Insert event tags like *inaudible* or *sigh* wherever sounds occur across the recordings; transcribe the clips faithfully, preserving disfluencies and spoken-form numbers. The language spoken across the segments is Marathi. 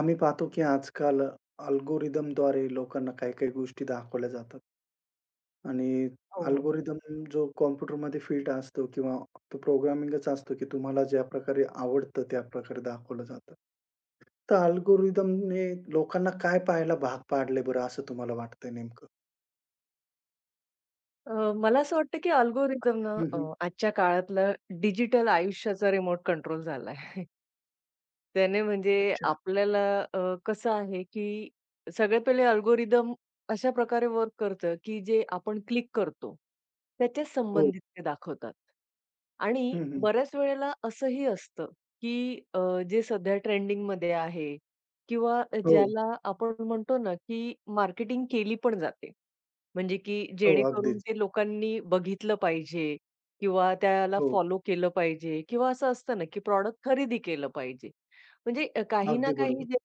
आम्ही पाहतो की आजकाल अल्गोरिदमद्वारे लोकांना काही-काही गोष्टी दाखवल्या जातात आणि हो, हो. अल्गोरिदम जो कॉम्प्युटरमध्ये फिट असतो किंवा तो प्रोग्रामिंगच असतो की तुम्हाला ज्या प्रकारे आवडतं त्या प्रकारे दाखवलं जातं. तर अल्गोरिदमने लोकांना काय पाहायला भाग पाडले बरं असं तुम्हाला वाटतंय नेमकं? अ, मला असं वाटतं की अल्गोरिदम ना हं, अ, हं. आजच्या काळातलं डिजिटल आयुष्याचा रिमोट कंट्रोल झालाय. *laughs* त्याने म्हणजे अच्छा. आपल्याला अ, कसं आहे, की सगळ्यात पहिले अल्गोरिदम अशा प्रकारे वर्क करतं, की जे आपण क्लिक करतो, त्याच्या हो. संबंधित ते दाखवतात. आणि हं, हं. बऱ्याच वेळेला असंही असतं, की अ, जे सध्या ट्रेंडिंग ट्रेंडिंगमध्ये आहे किंवा हो, ज्याला आपण म्हणतो ना, की मार्केटिंग केली पण जाते. म्हणजे की हो. जेणेकरून अगदीच. ते लोकांनी बघितलं पाहिजे किंवा त्याला हो. फॉलो केलं पाहिजे किंवा असं असतं ना, की प्रॉडक्ट खरेदी केलं पाहिजे. म्हणजे अ, काही ना अगदी काही बरोबर. जे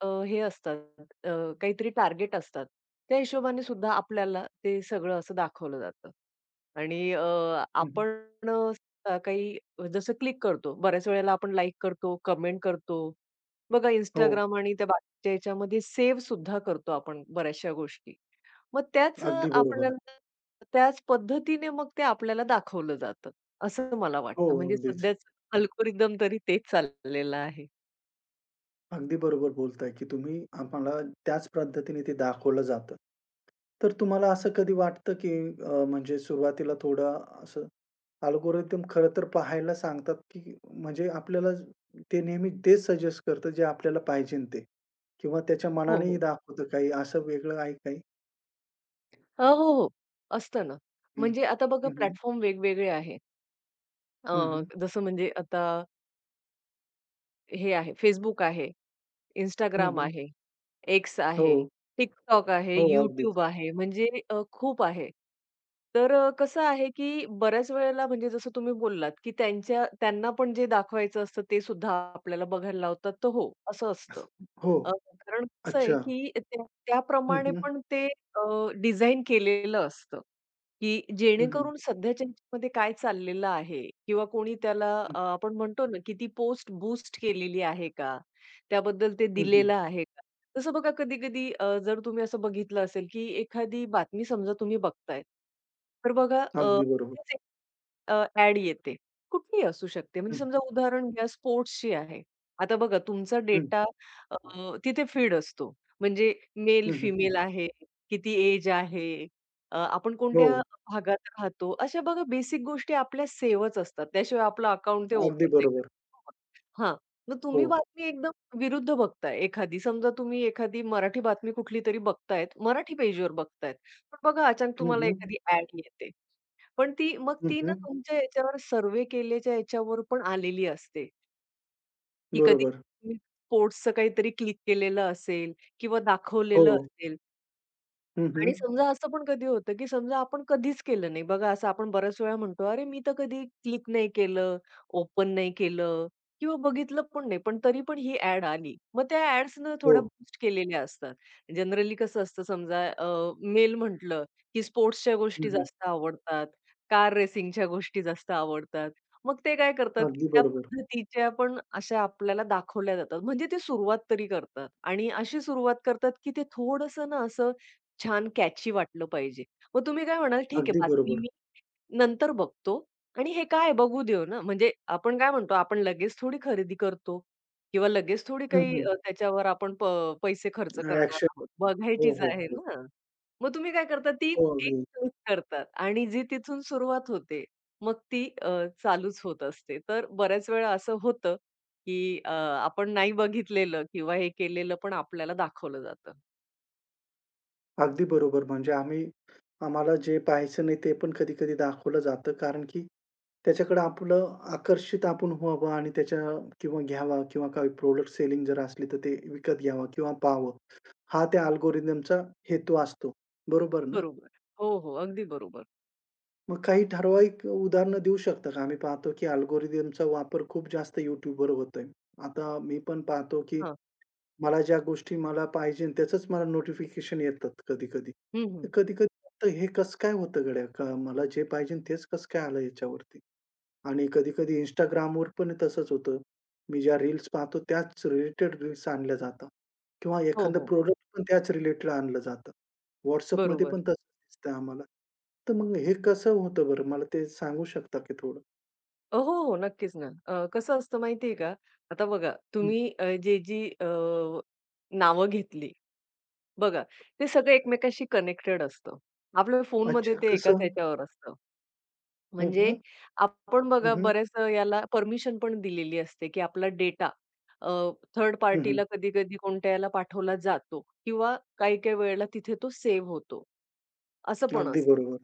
अ, हे असतात अ, काहीतरी टार्गेट असतात. त्या हिशोबाने सुद्धा आपल्याला ते सगळं असं दाखवलं जातं. आणि अ, हं, हं. आपण अ, काही जसं क्लिक करतो. बऱ्याच वेळेला आपण लाइक करतो, कमेंट करतो. बघा हो. इंस्टाग्राम आणि त्या बाकीच्या ह्याच्यामध्ये सेव्ह सुद्धा करतो आपण बऱ्याचशा गोष्टी. मग त्याच अ, अगदी बरोबर. आपल्याला त्याच पद्धतीने मग ते आपल्याला दाखवलं जातं, असं मला हो, वाटतं. म्हणजे अगदीच. सध्याचं अल्गोरिदम तरी तेच चाललेलं आहे. अगदी बरोबर बोलताय, की तुम्ही आम्हाला त्याच पद्धतीने ते दाखवलं जातं. तर तुम्हाला असं कधी वाटतं, की अ, म्हणजे सुरुवातीला थोडं असं अल्गोरिदम खरं तर पाहायला सांगतात, की म्हणजे आपल्याला ते नेहमी तेच सजेस्ट करतं जे आपल्याला पाहिजेन ते किंवा त्याच्या हो, मनानेही हो. दाखवतं काही असं वेगळं आहे काही? अ, हो, हो. असतं ना. हं, म्हणजे आता बघा हं, हं. प्लॅटफॉर्म वेगवेगळे आहे. अ, हं, हं. जसं म्हणजे आता हे आहे Facebook आहे, Instagram आहे. X हो, आहे, TikTok आहे, हो. अगदीच. YouTube आहे, म्हणजे अ, खूप आहे. तर अ, कसं आहे, की बऱ्याच वेळेला म्हणजे जसं तुम्ही बोललात, की त्यांच्या त्यांना पण जे दाखवायचं असतं ते सुद्धा आपल्याला बघायला लावतात. तर हो, असं असतं. हो. अ, कारण कसं आहे, अच्छा. की त्या हं, त्याप्रमाणे हं. पण ते अ, डिझाइन केलेलं असतं, की हं, हं. जेणेकरून सध्याच्या ह्याच्यामध्ये काय चाललेलं आहे किंवा कोणी त्याला हं, अ, आपण म्हणतो ना, की ती पोस्ट बूस्ट केलेली आहे का? त्याबद्दल ते दिलेलं आहे का? तसं बघा कधी-कधी अ, जर तुम्ही असं बघितलं असेल, की एखादी बातमी समजा तुम्ही बघताय. तर बघा अ, अगदी बरोबर. लगेच एक अ, ॲड येते. कुठलीही असू शकते. म्हणजे हं, समजा उदाहरण घ्या स्पोर्ट्सची आहे. आता बघा तुमचा हं. डेटा अ, तिथे फीड असतो. म्हणजे मेल, हं, फिमेल आहे, किती एज आहे, अ, आपण कोणत्या हो. भागात राहतो. अशा बघा बेसिक गोष्टी आपल्या सेव्हच असतात. त्याशिवाय आपलं अकाउंट ते अगदी ओपन नाही करत. बरोबर. हां. मग हो. तुम्ही बातमी एकदम विरुद्ध बघताय एखादी. समजा तुम्ही एखादी मराठी बातमी कुठलीतरी बघतायत, मराठी पेजवर बघतायत. पण बघा अचानक हं, तुम्हाला हं. एखादी ॲड येते. पण ती मग हं, ती ना हं. तुमच्या याच्यावर सर्व्हे केल्याच्या याच्यावर पण आलेली असते, की कधी बरोबर. तुम्ही स्पोर्ट्सचं काहीतरी क्लिक केलेलं असेल किंवा हो. दाखवलेलं असेल. हं, आणि हं. समजा असं पण कधी होतं, की समजा आपण कधीच केलं नाही. बघा असं आपण बऱ्याच वेळा म्हणतो, "अरे, मी तर कधी क्लिक नाही केलं, ओपन नाही केलं किंवा बघितलं पण नाही, पण तरी पण ही ॲड आली." मग त्या ॲड्सनं हो. थोड्या बूस्ट केलेल्या असतात. जनरली कसं असतं समजा मेल म्हटलं, की स्पोर्ट्सच्या हं, गोष्टी हं. जास्त आवडतात, कार रेसिंगच्या गोष्टी जास्त आवडतात. मग ते काय करतात, की अगदी त्या बरोबर. पद्धतीच्या पण अशा आपल्याला दाखवल्या जातात. म्हणजे ते सुरुवात तरी करतात आणि अशी सुरुवात करतात, की ते थोडंसं ना असं छान कॅची वाटलं पाहिजे. मग तुम्ही काय म्हणाल, "ठीक आहे, अगदी बातमी बरोबर. मी नंतर बघतो आणि हे काय बघू देऊ ना." म्हणजे आपण काय म्हणतो, आपण लगेच थोडी खरेदी करतो किंवा लगेच थोडी हं, काही हं. अ, त्याच्यावर आपण प पैसे खर्च करणार ॲक्शन. आहोत. हो, बघायचीच हो, आहे हो. ना. मग तुम्ही काय करता, ती हो, एक अगदी. क्लिक करतात आणि जी तिथून सुरुवात होते, मग ती अ, चालूच होत असते. तर बऱ्याच वेळा असं होतं, की अ, आपण नाही बघितलेलं किंवा हे केलेलं पण आपल्याला दाखवलं जातं. अगदी बरोबर. म्हणजे आम्ही आम्हाला जे पाहायचं नाही ते पण कधी-कधी दाखवलं जातं कारण की त्याच्याकडे आपलं आकर्षित आपण व्हावं आणि त्याच्या किंवा घ्यावा किंवा काही प्रॉडक्ट सेलिंग जर असली तर ते विकत घ्यावा किंवा पाहावं. हा त्या अल्गोरिथमचा हेतू असतो. बरोबर ना? बरोबर. हो, हो. अगदी बरोबर. मग काही ठराविक उदाहरणं देऊ शकता का? आम्ही पाहतो की अल्गोरिदमचा वापर खूप जास्त YouTubeवर होतोय. आता मी पण पाहतो की हां. मला ज्या गोष्टी मला पाहिजेन त्याचंच मला नोटिफिकेशन येतात कधी-कधी. हं, हं. तर कधी-कधी वाटतं हे कसं काय होतं गड्या? का मला जे पाहिजेन तेच कसं काय आलं याच्यावरती? आणि कधी-कधी Instagramवर पण तसंच होतं. मी ज्या रील्स पाहतो त्याच रिलेटेड रील्स आणल्या जातात किंवा हो, एखादं हं. हो. प्रॉडक्ट पण त्याच रिलेटेड आणलं जातं. WhatsAppमध्ये बरोबर. पण हं. तसंच दिसतंय आम्हाला. तर मग हे कसं होतं बरं? मला ते सांगू शकता की थोडं? अ, हो, हो. नक्कीच ना. अ, कसं असतं माहिती आहे का? आता बघा हं, हं. तुम्ही अ, जे जी अ, नावं घेतली बघा, ते सगळं एकमेकांशी कनेक्टेड असतं. आपल्या फोनमध्ये अच्छा ते एकाच कसं? ह्याच्यावर असतं. हं, म्हणजे हं. आपण हं, बघा हं. बऱ्याचदा याला परमिशन पण दिलेली असते, की आपला डेटा अ, थर्ड हं, हं. पार्टीला कधी-कधी कोणत्या याला पाठवला जातो किंवा काही-काही वेळेला तिथे तो सेव्ह होतो. असं पण अगदी असतं. बरोबर.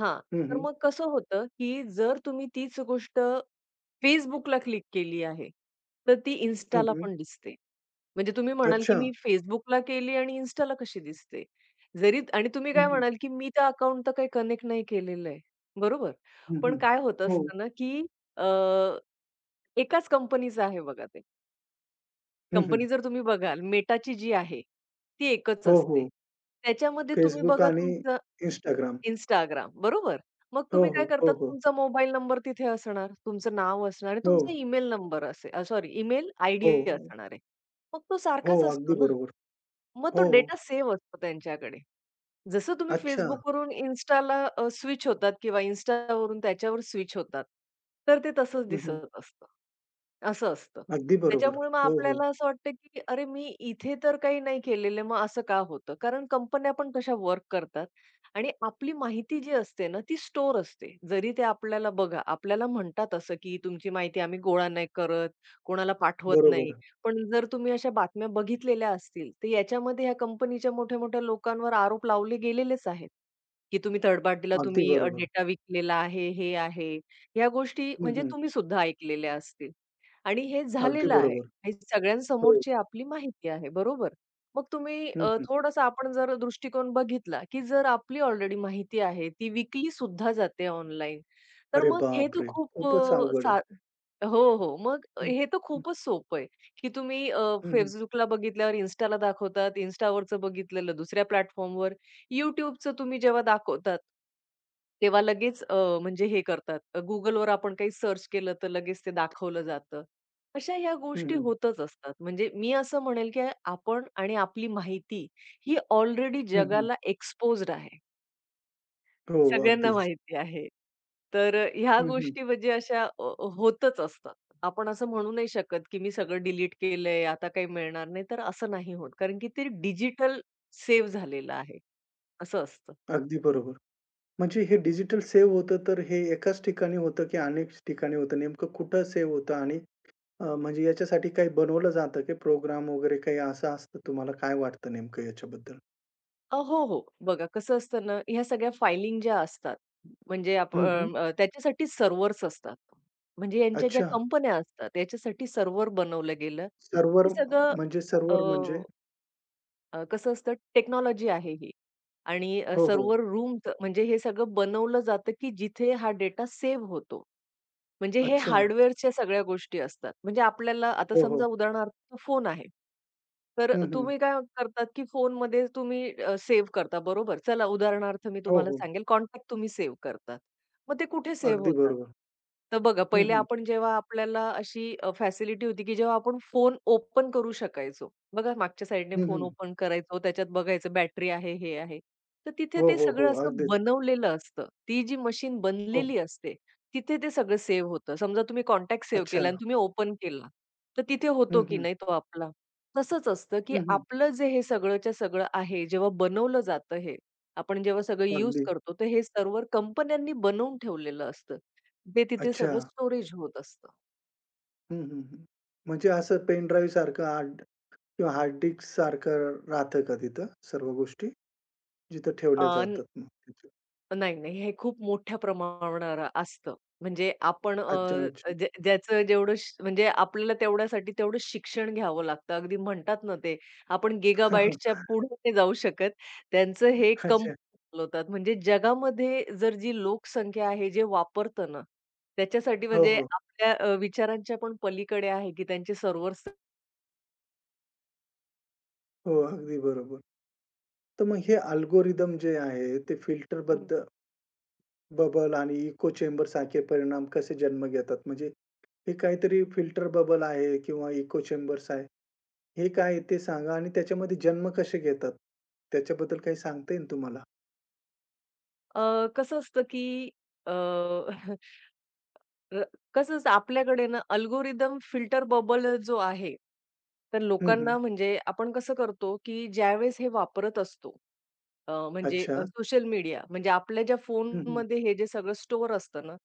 हां, हं, तर हं. मग कसं होतं, की जर तुम्ही तीच गोष्ट Facebookला क्लिक केली आहे, तर ती हं, Instaला हं. पण दिसते. म्हणजे तुम्ही म्हणाल, की अच्छा. मी Facebookला केली आणि Instaला कशी दिसते? जरी आणि तुम्ही हं, काय हं. म्हणाल, की मी त्या अकाउंट तर काही कनेक्ट नाही केलेलं आहे. बरोबर? हं, पण हं. काय होत हो. असतं ना, की अ, एकाच कंपनीचं आहे बघा ते. हं, हं. कंपनी जर तुम्ही बघाल Metaची जी आहे, ती एकच हो, असते. हो. त्याच्यामध्ये तुम्ही Facebook बघा आणि तुमचं Instagram. Instagram बरोबर? मग हो, तुम्ही काय हो. हो, करतात हो. तुमचा मोबाईल नंबर तिथे असणार, तुमचं नाव असणार आणि हो, तुमचा हो. ईमेल नंबर असेल अ, सॉरी ईमेल आयडी हो, असणार आहे. मग तो हो, सारखाच अगदी असतो ना. बरोबर. मग तो हो. डेटा सेव्ह असतो त्यांच्याकडे. जसं तुम्ही अच्छा. Facebookवरून Instaला अ, स्विच होतात किंवा Instaवरून त्याच्यावर स्विच होतात. तर ते तसंच हं, हं. दिसत असतं. असं असतं. अगदी बरोबर. त्याच्यामुळे मग हो, हो. आपल्याला असं वाटतं, की अरे मी इथे तर काही नाही केलेलं, मग असं का होतं? कारण कंपन्या पण कशा वर्क करतात आणि आपली माहिती जी असते ना, ती स्टोअर असते. जरी ते आपल्याला बघा, आपल्याला म्हणतात असं, की तुमची माहिती आम्ही गोळा नाही करत, कोणाला पाठवत नाही. बरोबर. पण जर तुम्ही अशा बातम्या बघितलेल्या असतील, तर याच्यामध्ये ह्या कंपनीच्या मोठ्या-मोठ्या लोकांवर आरोप लावले गेलेलेच आहेत, की तुम्ही थर्ड पार्टीला अगदी तुम्ही अ, बरोबर. डेटा विकलेला आहे, हे आहे. ह्या गोष्टी हं, म्हणजे हं. तुम्ही सुद्धा ऐकलेल्या असतील आणि हे अगदी झालेलं आहे. बरोबर. हे हो. सगळ्यांसमोरची आपली माहिती आहे, बरोबर? मग तुम्ही हं, अ, हं. थोडासा आपण जर दृष्टिकोन बघितला, की जर आपली ऑलरेडी माहिती आहे, ती विकली सुद्धा जाते ऑनलाईन, तर अरे मग हे तर बापरे! खूप खूपच अ, अवघड आहे. सा हो, हो. मग हं, हे तर हं. खूपच सोपं आहे. की तुम्ही अ, हं, हं. Facebookला बघितल्यावर Instaला दाखवतात, Instaवरचं बघितलेलं दुसऱ्या प्लॅटफॉर्मवर, YouTubeचं तुम्ही जेव्हा दाखवतात, तेव्हा लगेच अ, म्हणजे हे करतात, अ, Googleवर आपण काही सर्च केलं तर लगेच ते दाखवलं जातं. अशा ह्या हं, गोष्टी हं. होतच असतात. म्हणजे मी असं म्हणेल की आपण आणि आपली माहिती ही ऑलरेडी हं, हं. जगाला एक्सपोज्ड आहे. हो, सगळ्यांना अगदीच. माहिती आहे. तर अ, ह्या हं, हं. गोष्टी म्हणजे अशा अ, होतच असतात. आपण असं म्हणू नाही शकत, की मी सगळं डिलीट केलंय, आता काही मिळणार नाही, तर असं नाही होत. कारण की ते डिजिटल सेव्ह झालेलं आहे, असं असतं. अगदी बरोबर. म्हणजे हे डिजिटल सेव्ह होतं तर हे एकाच ठिकाणी होतं, की अनेक ठिकाणी होतं? नेमकं कुठं सेव्ह होतं? आणि अ, म्हणजे याच्यासाठी काही बनवलं जातं की प्रोग्राम वगैरे काही असं असतं? तुम्हाला काय वाटतं नेमकं याच्याबद्दल? अ, हो, हो. बघा कसं असतं ना, ह्या सगळ्या फायलिंग ज्या असतात, म्हणजे आप हं, हं. अ, त्याच्यासाठी सर्व्हर्स असतात. म्हणजे यांच्या ज्या अच्छा. कंपन्या असतात, याच्यासाठी सर्व्हर बनवलं गेलं. सर्व्हर. हे सगळं म्हणजे सर्व्हर म्हणजे? अ, कसं असतं टेक्नॉलॉजी आहे ही आणि अ, हो, हो. सर्व्हर रूम म्हणजे हे सगळं बनवलं जातं, की जिथे हा डेटा सेव्ह होतो. म्हणजे हे अच्छा. हार्डवेअरच्या सगळ्या गोष्टी असतात. म्हणजे आपल्याला आता हो, हो. समजा उदाहरणार्थ फोन आहे. तर हं, हं. तुम्ही काय करतात, की फोनमध्ये तुम्ही सेव्ह करता बरोबर. चला उदाहरणार्थ मी हो, तुम्हाला हो. सांगेल कॉन्टॅक्ट तुम्ही सेव्ह करतात. मग ते कुठे सेव्ह अगदी होतात? बरोबर. तर बघा हं, पहिले हं. आपण जेव्हा आपल्याला अशी फॅसिलिटी होती, की जेव्हा आपण फोन ओपन करू शकायचो. बघा मागच्या साइडने हं, फोन हं. ओपन करायचो, त्याच्यात बघायचं बॅटरी आहे, हे आहे. तर तिथे हो, ते हो, हो. सगळं असं अगदीच. बनवलेलं असतं. ती जी मशीन हो. बनलेली असते, तिथे ते सगळं सेव्ह होतं. समजा तुम्ही कॉन्टॅक्ट सेव्ह अच्छा. केला आणि तुम्ही ओपन केला, तर तिथे होतो हं, की हं. नाही तो आपला. तसंच असतं, की हं, हं. आपलं जे हे सगळंच्या सगळं आहे, जेव्हा बनवलं जातं हे, आपण जेव्हा सगळं यूज अगदी. करतो, तर हे सर्व्हर कंपन्यांनी बनवून ठेवलेलं असतं. ते तिथे अच्छा. सगळं स्टोरेज होत असतं. हं, हं, हं. म्हणजे असं पेन ड्राईव्ह सारखं हार्ड किंवा हार्ड डिस्क सारखं राहतं का तिथं सर्व गोष्टी? जिथं ठेवल्या जातात मग तिथं. नाही, नाही. हे खूप मोठ्या प्रमाणावर असतं. म्हणजे आपण अच्छा, अ, अच्छा. ज्या ज्याचं जेवढं श म्हणजे आपल्याला तेवढ्यासाठी तेवढं शिक्षण घ्यावं लागतं. अगदी म्हणतात ना ते, आपण गिगाबाईट्सच्या *laughs* पुढे नाही जाऊ शकत. त्यांचं हे कम अच्छा. चालवतात. म्हणजे जगामध्ये जर जी लोकसंख्या आहे, जे वापरतं ना, त्याच्यासाठी हो, म्हणजे हो. आपल्या अ, विचारांच्या पण पलीकडे आहे की त्यांचे सर्व्हर्स हो, अगदी बरोबर. तर मग हे अल्गोरिदम जे आहे ते फिल्टरबद्द बबल आणि इको चेंबर सारखे परिणाम कसे जन्म घेतात? म्हणजे हे काहीतरी फिल्टर बबल आहे किंवा इको चेंबर्स आहे. हे काय आहे ते सांगा आणि त्याच्यामध्ये जन्म कसे घेतात? त्याच्याबद्दल काही सांगता येईल तुम्हाला? अ, कसं असतं की अ, *laughs* अ, कसं असतं आपल्याकडे ना अल्गोरिदम फिल्टर बबल जो आहे, तर हं, हं. लोकांना म्हणजे आपण कसं करतो, की ज्यावेळेस हे वापरत असतो, अ, म्हणजे अच्छा. अ, सोशल मीडिया म्हणजे आपल्या ज्या हं, हं. फोनमध्ये हे जे सगळं स्टोअर असतं ना,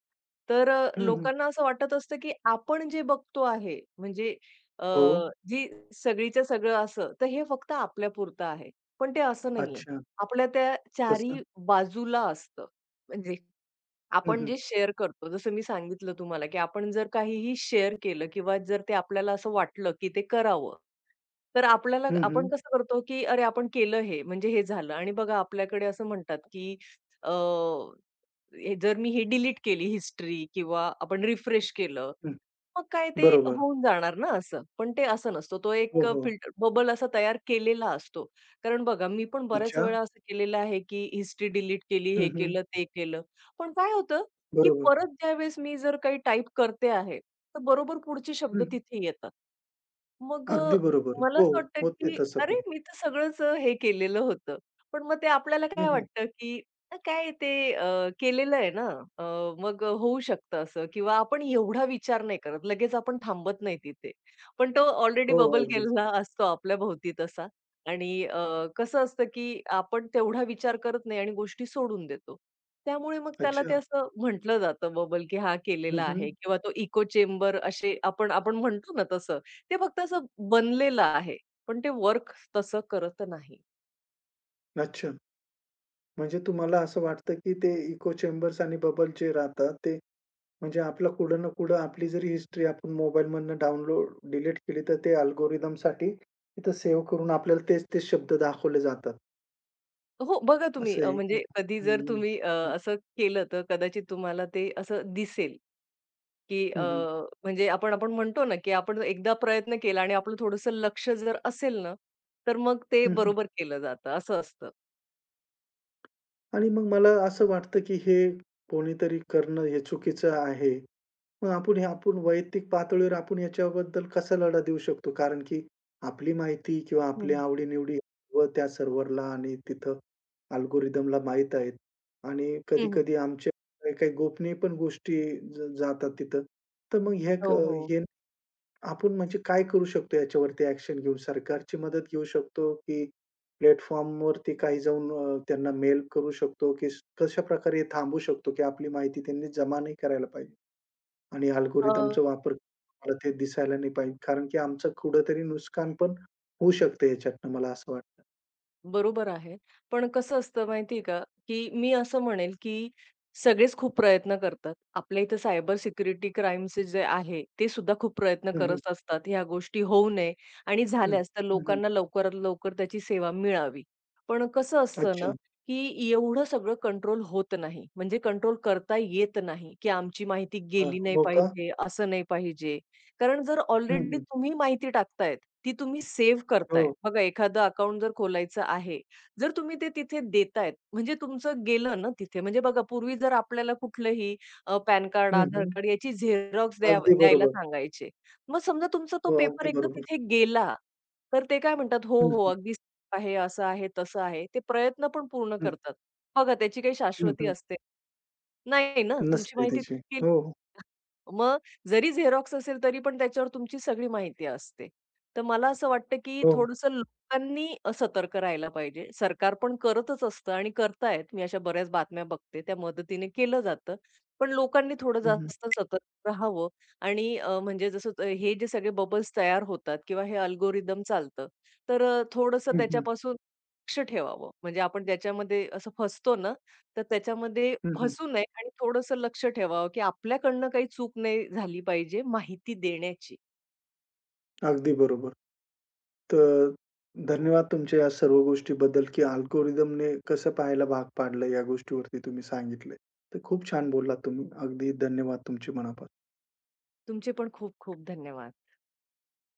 तर अ, हं, हं. लोकांना असं वाटत असतं, की आपण जे बघतो आहे म्हणजे अ, हो. जी सगळीच्या सगळं असं, तर हे फक्त आपल्यापुरतं आहे. पण ते असं नाहीये. अच्छा. आपल्या त्या चारी कसं? बाजूला असतं. म्हणजे हं, आपण हं. जे शेअर करतो, जसं मी सांगितलं तुम्हाला, की आपण जर काहीही शेअर केलं किंवा जर ते आपल्याला असं वाटलं, की ते करावं. तर आपल्याला हं, हं. आपण कसं करतो, की अरे आपण केलं हे, म्हणजे हे झालं आणि बघा आपल्याकडे असं म्हणतात, की अ, हे जर मी ही डिलीट केली हिस्ट्री किंवा आपण रिफ्रेश केलं, हं. मग काय ते बरोबर. होऊन जाणार ना असं. पण ते असं नसतं. तो हो, एक हो. फिल्टर बबल असा तयार केलेला असतो. कारण बघा मी पण बऱ्याच अच्छा. वेळा असं केलेलं आहे, की हिस्ट्री डिलीट केली, हं, हे हं. केलं, ते केलं. पण काय होतं, की बरोबर. परत ज्यावेळेस मी जर काही टाइप करते आहे, तर बरोबर पुढचे शब्द हं. तिथे येतात. मग अ, अगदी बरोबर. मला हो, असं वाटतं, होते की तसं अरे पण. मी तर सगळंच अ, हे केलेलं होतं. पण मग ते आपल्याला हं, काय हं. वाटतं, की अ, काय ते अ, केलेलं आहे ना, अ, मग अ, होऊ शकतं असं किंवा आपण एवढा विचार नाही करत. लगेच आपण थांबत नाही तिथे. पण तो ऑलरेडी हो, बबल अगदीच. केलेला असतो आपल्याभोवती तसा आणि अ, कसं असतं, की आपण तेवढा विचार करत नाही आणि गोष्टी सोडून देतो. त्यामुळे मग त्याला ते अच्छा. असं म्हटलं जातं बबल, की हा हं, केलेला हं. आहे किंवा तो इको चेंबर असे आपण आपण म्हणतो ना तसं. ते फक्त असं बनलेलं आहे, पण ते वर्क तसं करत नाही. अच्छा. म्हणजे तुम्हाला असं वाटतं, की ते इको चेंबर्स आणि बबल जे राहतात ते म्हणजे आपला कुठं ना कुठं आपली जरी हिस्ट्री आपण मोबाईलमधनं डाउनलोड डिलीट केली, तर ते अल्गोरिदमसाठी तिथं सेव्ह करून आपल्याला तेच ते शब्द दाखवले जातात. हो, बघा तुम्ही असं अ, आहे. हं, म्हणजे कधी जर हं. तुम्ही अ, हं, असं केलं तर कदाचित तुम्हाला ते असं दिसेल, की अ, हं, म्हणजे आपण आपण म्हणतो ना, की आपण एकदा प्रयत्न केला आणि आपलं थोडंसं लक्ष जर असेल ना, तर मग ते बरोबर केलं जातं असं असतं. आणि मग मला असं वाटतं, की हे कोणीतरी करणं हे चुकीचं आहे. मग आपण हे आपण वैयक्तिक पातळीवर आपण याच्याबद्दल कसा लढा देऊ शकतो? कारण की आपली माहिती किंवा हं. आपल्या आवडी-निवडी व त्या सर्व्हरला आणि तिथं अल्गोरिदमला माहीत आहेत आणि हं, हं. कधी-कधी आमच्या काही-काही गोपनीय पण गोष्टी ज जातात तिथं. तर मग हे हो, क हो. हे आपण म्हणजे काय करू शकतो याच्यावरती ॲक्शन घेऊन? सरकारची मदत घेऊ शकतो की प्लॅटफॉर्मवरती काही जाऊन अ, त्यांना मेल करू शकतो की कशाप्रकारे थांबवू शकतो की आपली माहिती त्यांनी जमा नाही करायला पाहिजे? आणि अल्गोरिदमचा वापर मला ते दिसायला नाही पाहिजे. कारण की आमचं कुठेतरी नुकसान पण होऊ शकतं याच्यातनं मला असं वाटतं. बरोबर आहे. पण कसं असतं माहिती का, की मी असं म्हणेल, की सगळेच खूप प्रयत्न करतात. आपल्या इथं सायबर सिक्युरिटी क्राईमचे जे आहे, ते सुद्धा खूप प्रयत्न हं, हं. करत असतात, ह्या गोष्टी होऊ नये आणि हं. झाल्यास तर हं, हं. लोकांना लवकरात लवकर त्याची सेवा मिळावी. पण कसं असतं ना, अच्छा. की एवढं सगळं कंट्रोल होत नाही. म्हणजे कंट्रोल करता येत नाही, की आमची माहिती हां. गेली नाही हो का? पाहिजे, असं नाही पाहिजे. कारण जर हं, ऑलरेडी हं. तुम्ही माहिती टाकतायत, ती तुम्ही सेव्ह करताय. हो. बघा एखादं अकाउंट जर खोलायचं आहे, जर तुम्ही ते तिथे देतायत, म्हणजे तुमचं गेलं ना तिथे. म्हणजे बघा पूर्वी जर आपल्याला कुठलंही अ, पॅन कार्ड, हं, आधार हं. कार्ड याची झेरॉक्स द्या अगदी द्यायला बरोबर. सांगायचे. मग समजा तुमचा तो हो, पेपर अगदी एकदा बरोबर. तिथे गेला, तर ते काय म्हणतात, "हो, हं, हो, हं. अगदी आहे, असं आहे, तसं आहे." ते प्रयत्न पण पूर्ण हं. करतात. बघा त्याची काही हं, शाश्वती हं. असते. नाही ना, तुमची नसते माहिती त्याची. गेली. हो, हो. मग जरी झेरॉक्स असेल तरी पण त्याच्यावर तुमची सगळी माहिती असते. तर मला असं वाटतं, की हो. थोडंसं लोकांनी अ, सतर्क राहायला पाहिजे. सरकार पण करतच असतं आणि करतायत. मी अशा बऱ्याच बातम्या बघते. त्या मदतीने केलं जातं. पण लोकांनी थोडं हं, हं. जास्त सतर्क राहावं आणि अ, म्हणजे जसं अ, हे जे सगळे बबल्स तयार होतात किंवा हे अल्गोरिदम चालतं, तर अ, थोडंसं हं, हं. त्याच्यापासून लक्ष ठेवावं. म्हणजे आपण त्याच्यामध्ये असं फसतो ना, तर त्याच्यामध्ये हं, हं. फसू नये आणि थोडंसं लक्ष ठेवावं, की आपल्याकडनं काही चूक नाही झाली पाहिजे माहिती देण्याची. अगदी बरोबर. तर धन्यवाद तुमच्या या सर्व गोष्टीबद्दल, की अल्गोरिदमने कसं पाहायला भाग पाडलं या गोष्टीवरती तुम्ही सांगितलंय. तर खूप छान बोललात तुम्ही. अगदी धन्यवाद तुमचे मनापासून. तुमचे पण खूप खूप धन्यवाद.